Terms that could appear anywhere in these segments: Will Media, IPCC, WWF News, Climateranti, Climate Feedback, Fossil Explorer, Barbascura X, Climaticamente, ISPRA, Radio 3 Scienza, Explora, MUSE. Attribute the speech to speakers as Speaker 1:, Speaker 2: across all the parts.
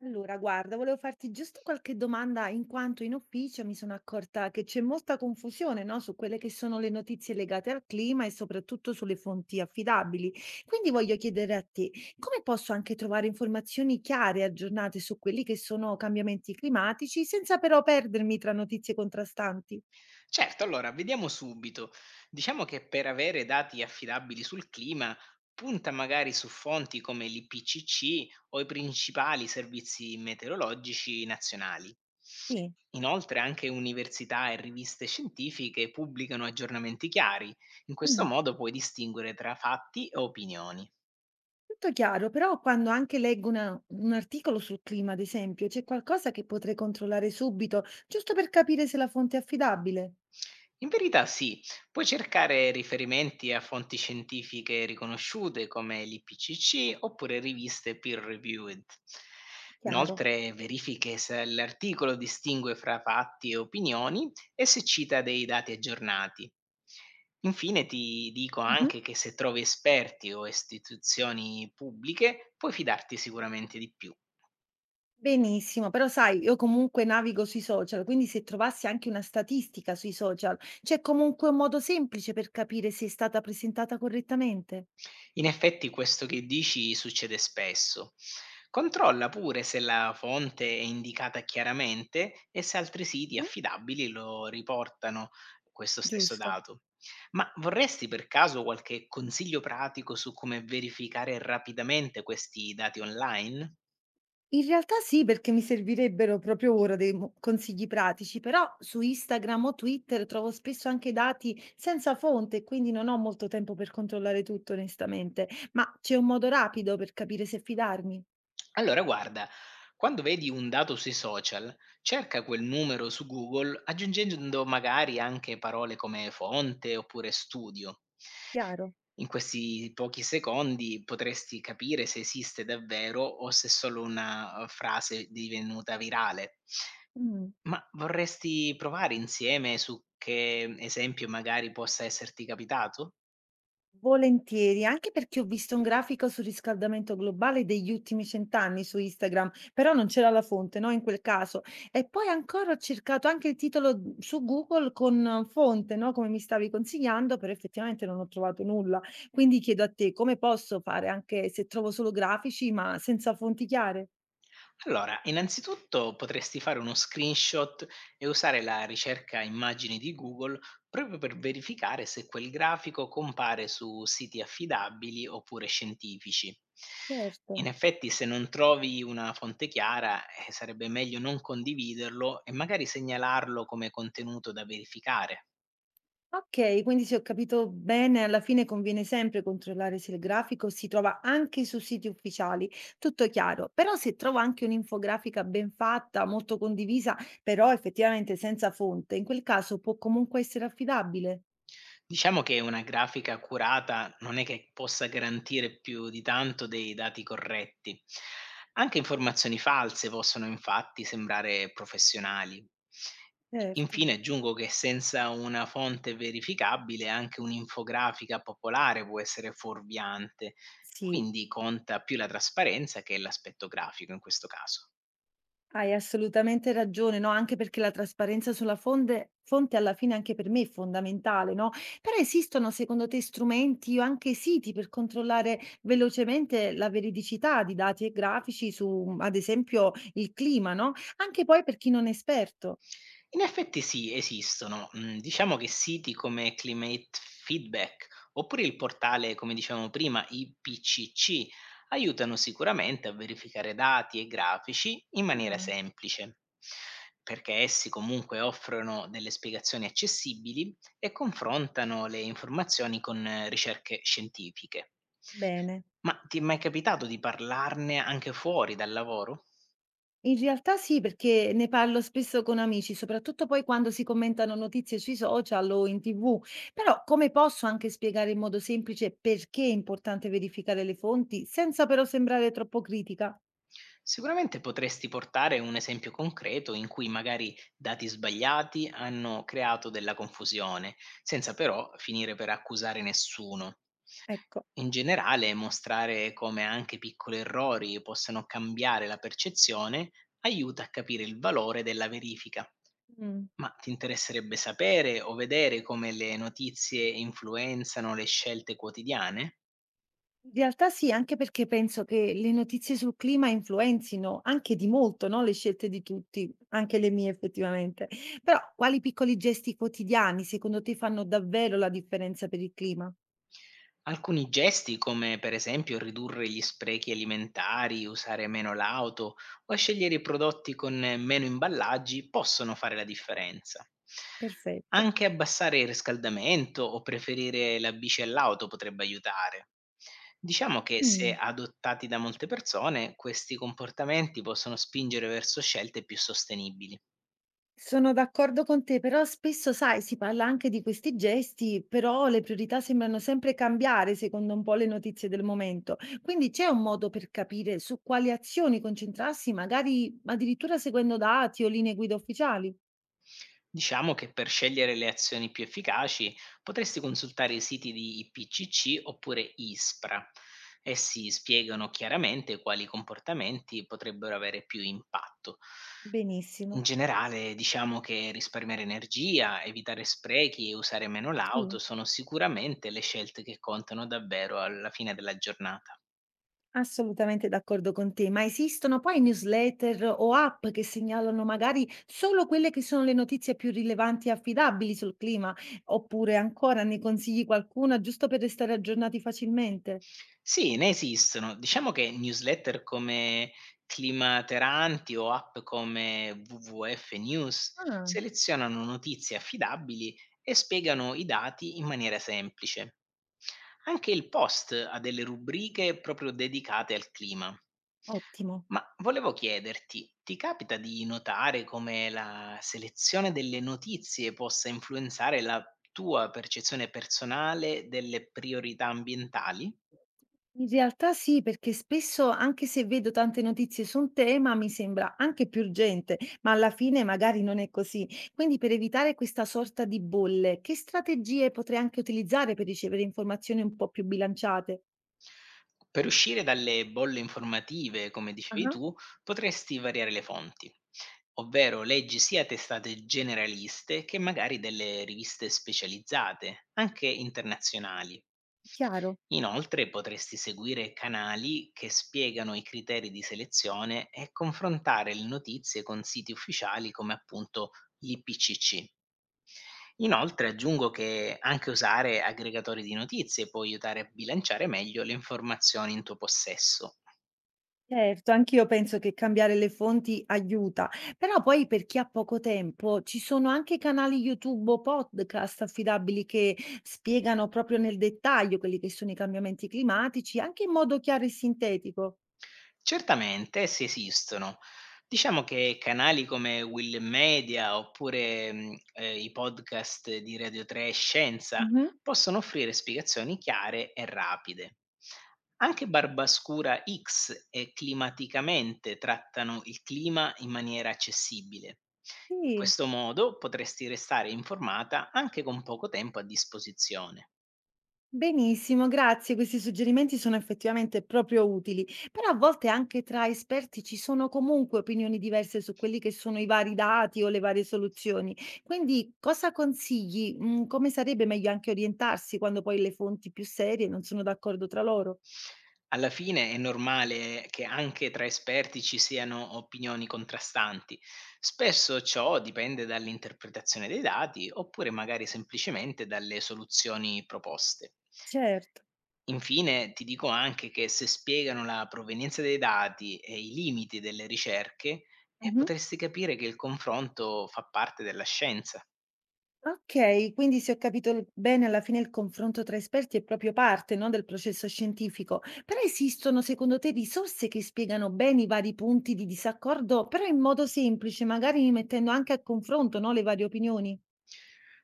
Speaker 1: Allora, guarda, volevo farti giusto qualche domanda in quanto in ufficio mi sono accorta che c'è molta confusione, no, su quelle che sono le notizie legate al clima e soprattutto sulle fonti affidabili. Quindi voglio chiedere a te, come posso anche trovare informazioni chiare e aggiornate su quelli che sono cambiamenti climatici senza però perdermi tra notizie contrastanti?
Speaker 2: Certo, allora vediamo subito. Diciamo che per avere dati affidabili sul clima, punta magari su fonti come l'IPCC o i principali servizi meteorologici nazionali.
Speaker 1: Sì.
Speaker 2: Inoltre anche università e riviste scientifiche pubblicano aggiornamenti chiari, in questo
Speaker 1: Mm.
Speaker 2: modo puoi distinguere tra fatti e opinioni.
Speaker 1: Tutto chiaro, però quando anche leggo un articolo sul clima, ad esempio, c'è qualcosa che potrei controllare subito, giusto per capire se la fonte è affidabile?
Speaker 2: In verità sì, puoi cercare riferimenti a fonti scientifiche riconosciute come l'IPCC oppure riviste peer reviewed.
Speaker 1: Chiaro.
Speaker 2: Inoltre verifiche se l'articolo distingue fra fatti e opinioni e se cita dei dati aggiornati. Infine ti dico
Speaker 1: Mh-mh.
Speaker 2: anche che se trovi esperti o istituzioni pubbliche puoi fidarti sicuramente di più.
Speaker 1: Benissimo, però sai, io comunque navigo sui social, quindi se trovassi anche una statistica sui social, c'è comunque un modo semplice per capire se è stata presentata correttamente?
Speaker 2: In effetti questo che dici succede spesso. Controlla pure se la fonte è indicata chiaramente e se altri siti
Speaker 1: Mh-mh.
Speaker 2: affidabili lo riportano questo stesso
Speaker 1: Giusto.
Speaker 2: dato. Ma vorresti per caso qualche consiglio pratico su come verificare rapidamente questi dati online?
Speaker 1: In realtà sì, perché mi servirebbero proprio ora dei mo consigli pratici, però su Instagram o Twitter trovo spesso anche dati senza fonte e quindi non ho molto tempo per controllare tutto onestamente. Ma c'è un modo rapido per capire se fidarmi?
Speaker 2: Allora, guarda, quando vedi un dato sui social, cerca quel numero su Google aggiungendo magari anche parole come fonte oppure studio.
Speaker 1: Chiaro.
Speaker 2: In questi pochi secondi potresti capire se esiste davvero o se è solo una frase divenuta virale.
Speaker 1: Mh.
Speaker 2: Ma vorresti provare insieme su che esempio magari possa esserti capitato?
Speaker 1: Volentieri, anche perché ho visto un grafico sul riscaldamento globale degli ultimi cent'anni su Instagram, però non c'era la fonte, no, in quel caso. E poi ancora ho cercato anche il titolo su Google con fonte, no, come mi stavi consigliando, però effettivamente non ho trovato nulla. Quindi chiedo a te come posso fare anche se trovo solo grafici, ma senza fonti chiare?
Speaker 2: Allora, innanzitutto potresti fare uno screenshot e usare la ricerca immagini di Google proprio per verificare se quel grafico compare su siti affidabili oppure scientifici.
Speaker 1: Certo.
Speaker 2: In effetti, se non trovi una fonte chiara, sarebbe meglio non condividerlo e magari segnalarlo come contenuto da verificare.
Speaker 1: Okay, quindi se ho capito bene, alla fine conviene sempre controllare se il grafico si trova anche su siti ufficiali, tutto chiaro. Però se trovo anche un'infografica ben fatta, molto condivisa, però effettivamente senza fonte, in quel caso può comunque essere affidabile?
Speaker 2: Diciamo che una grafica curata non è che possa garantire più di tanto dei dati corretti. Anche informazioni false possono infatti sembrare professionali.
Speaker 1: Certo.
Speaker 2: Infine aggiungo che senza una fonte verificabile anche un'infografica popolare può essere fuorviante,
Speaker 1: Sì.
Speaker 2: quindi conta più la trasparenza che l'aspetto grafico in questo caso.
Speaker 1: Hai assolutamente ragione, no, anche perché la trasparenza sulla fonde fonte alla fine anche per me è fondamentale, no, però esistono secondo te strumenti o anche siti per controllare velocemente la veridicità di dati e grafici su, ad esempio, il clima, no, anche poi per chi non è esperto?
Speaker 2: In effetti sì, esistono. Mhmm, diciamo che siti come Climate Feedback, oppure il portale, come dicevamo prima, IPCC, aiutano sicuramente a verificare dati e grafici in maniera
Speaker 1: Ah,
Speaker 2: semplice, perché essi comunque offrono delle spiegazioni accessibili e confrontano le informazioni con ricerche scientifiche.
Speaker 1: bene.
Speaker 2: Ma ti è mai capitato di parlarne anche fuori dal lavoro?
Speaker 1: In realtà sì, perché ne parlo spesso con amici, soprattutto poi quando si commentano notizie sui social o in TV. Però come posso anche spiegare in modo semplice perché è importante verificare le fonti senza però sembrare troppo critica?
Speaker 2: Sicuramente potresti portare un esempio concreto in cui magari dati sbagliati hanno creato della confusione, senza però finire per accusare nessuno.
Speaker 1: Ecco.
Speaker 2: In generale, mostrare come anche piccoli errori possano cambiare la percezione aiuta a capire il valore della verifica.
Speaker 1: Mm.
Speaker 2: Ma ti interesserebbe sapere o vedere come le notizie influenzano le scelte quotidiane?
Speaker 1: In realtà sì, anche perché penso che le notizie sul clima influenzino anche di molto, no, le scelte di tutti, anche le mie effettivamente. Però quali piccoli gesti quotidiani secondo te fanno davvero la differenza per il clima?
Speaker 2: Alcuni gesti, come per esempio ridurre gli sprechi alimentari, usare meno l'auto o scegliere i prodotti con meno imballaggi, possono fare la differenza.
Speaker 1: Perfetto.
Speaker 2: Anche abbassare il riscaldamento o preferire la bici all'auto potrebbe aiutare. Diciamo che se
Speaker 1: Mm.
Speaker 2: adottati da molte persone, questi comportamenti possono spingere verso scelte più sostenibili.
Speaker 1: Sono d'accordo con te, però spesso, sai, si parla anche di questi gesti, però le priorità sembrano sempre cambiare secondo un po' le notizie del momento. Quindi c'è un modo per capire su quali azioni concentrarsi, magari addirittura seguendo dati o linee guida ufficiali?
Speaker 2: Diciamo che per scegliere le azioni più efficaci potresti consultare i siti di IPCC oppure ISPRA. Essi spiegano chiaramente quali comportamenti potrebbero avere più impatto. In
Speaker 1: Benissimo.
Speaker 2: generale, diciamo che risparmiare energia, evitare sprechi e usare meno
Speaker 1: Sì.
Speaker 2: l'auto sono sicuramente le scelte che contano davvero alla fine della giornata.
Speaker 1: Assolutamente d'accordo con te, ma esistono poi newsletter o app che segnalano magari solo quelle che sono le notizie più rilevanti e affidabili sul clima, oppure ancora ne consigli qualcuna giusto per restare aggiornati facilmente?
Speaker 2: Sì, ne esistono. Diciamo che newsletter come Climateranti o app come WWF News
Speaker 1: Ah,
Speaker 2: selezionano notizie affidabili e spiegano i dati in maniera semplice. Anche il Post ha delle rubriche proprio dedicate al clima.
Speaker 1: ottimo.
Speaker 2: Ma volevo chiederti, ti capita di notare come la selezione delle notizie possa influenzare la tua percezione personale delle priorità ambientali?
Speaker 1: In realtà sì, perché spesso, anche se vedo tante notizie su un tema, mi sembra anche più urgente, ma alla fine magari non è così. Quindi per evitare questa sorta di bolle, che strategie potrei anche utilizzare per ricevere informazioni un po' più bilanciate?
Speaker 2: Per uscire dalle bolle informative, come dicevi
Speaker 1: Ah,
Speaker 2: tu, potresti variare le fonti, ovvero leggi sia testate generaliste che magari delle riviste specializzate, anche internazionali.
Speaker 1: chiaro.
Speaker 2: Inoltre potresti seguire canali che spiegano i criteri di selezione e confrontare le notizie con siti ufficiali come appunto l'IPCC. Inoltre aggiungo che anche usare aggregatori di notizie può aiutare a bilanciare meglio le informazioni in tuo possesso.
Speaker 1: Certo, anch'io penso che cambiare le fonti aiuta, però poi per chi ha poco tempo ci sono anche canali YouTube o podcast affidabili che spiegano proprio nel dettaglio quelli che sono i cambiamenti climatici, anche in modo chiaro e sintetico.
Speaker 2: Certamente essi esistono. Diciamo che canali come Will Media oppure i podcast di Radio 3 e Scienza
Speaker 1: Mhm.
Speaker 2: possono offrire spiegazioni chiare e rapide. Anche Barbascura X e Climaticamente trattano il clima in maniera accessibile. In
Speaker 1: Sì.
Speaker 2: questo modo potresti restare informata anche con poco tempo a disposizione.
Speaker 1: Benissimo, grazie. Questi suggerimenti sono effettivamente proprio utili, però a volte anche tra esperti ci sono comunque opinioni diverse su quelli che sono i vari dati o le varie soluzioni. Quindi cosa consigli? Mm. Come sarebbe meglio anche orientarsi quando poi le fonti più serie non sono d'accordo tra loro?
Speaker 2: Alla fine è normale che anche tra esperti ci siano opinioni contrastanti. Spesso ciò dipende dall'interpretazione dei dati oppure magari semplicemente dalle soluzioni proposte.
Speaker 1: Certo.
Speaker 2: Infine ti dico anche che se spiegano la provenienza dei dati e i limiti delle ricerche,
Speaker 1: Mhm.
Speaker 2: potresti capire che il confronto fa parte della scienza.
Speaker 1: Okay, quindi se ho capito il bene alla fine il confronto tra esperti è proprio parte, no, del processo scientifico. Però esistono secondo te risorse che spiegano bene i vari punti di disaccordo, però in modo semplice, magari mettendo anche a confronto, no, le varie opinioni?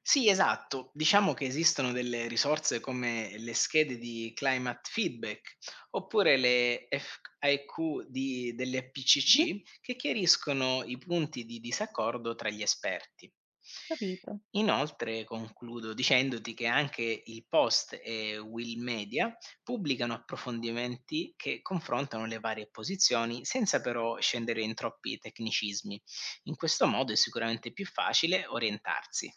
Speaker 2: Sì, esatto. Diciamo che esistono delle risorse come le schede di Climate Feedback oppure le FAQ delle
Speaker 1: Mh,
Speaker 2: PCC che chiariscono i punti di disaccordo tra gli esperti.
Speaker 1: capito.
Speaker 2: Inoltre concludo dicendoti che anche il Post e Will Media pubblicano approfondimenti che confrontano le varie posizioni senza però scendere in troppi tecnicismi. In questo modo è sicuramente più facile orientarsi.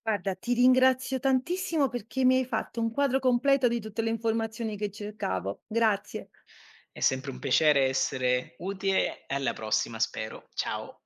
Speaker 1: Guarda, ti ringrazio tantissimo perché mi hai fatto un quadro completo di tutte le informazioni che cercavo. Grazie.
Speaker 2: È sempre un piacere essere utile e alla prossima spero. Ciao.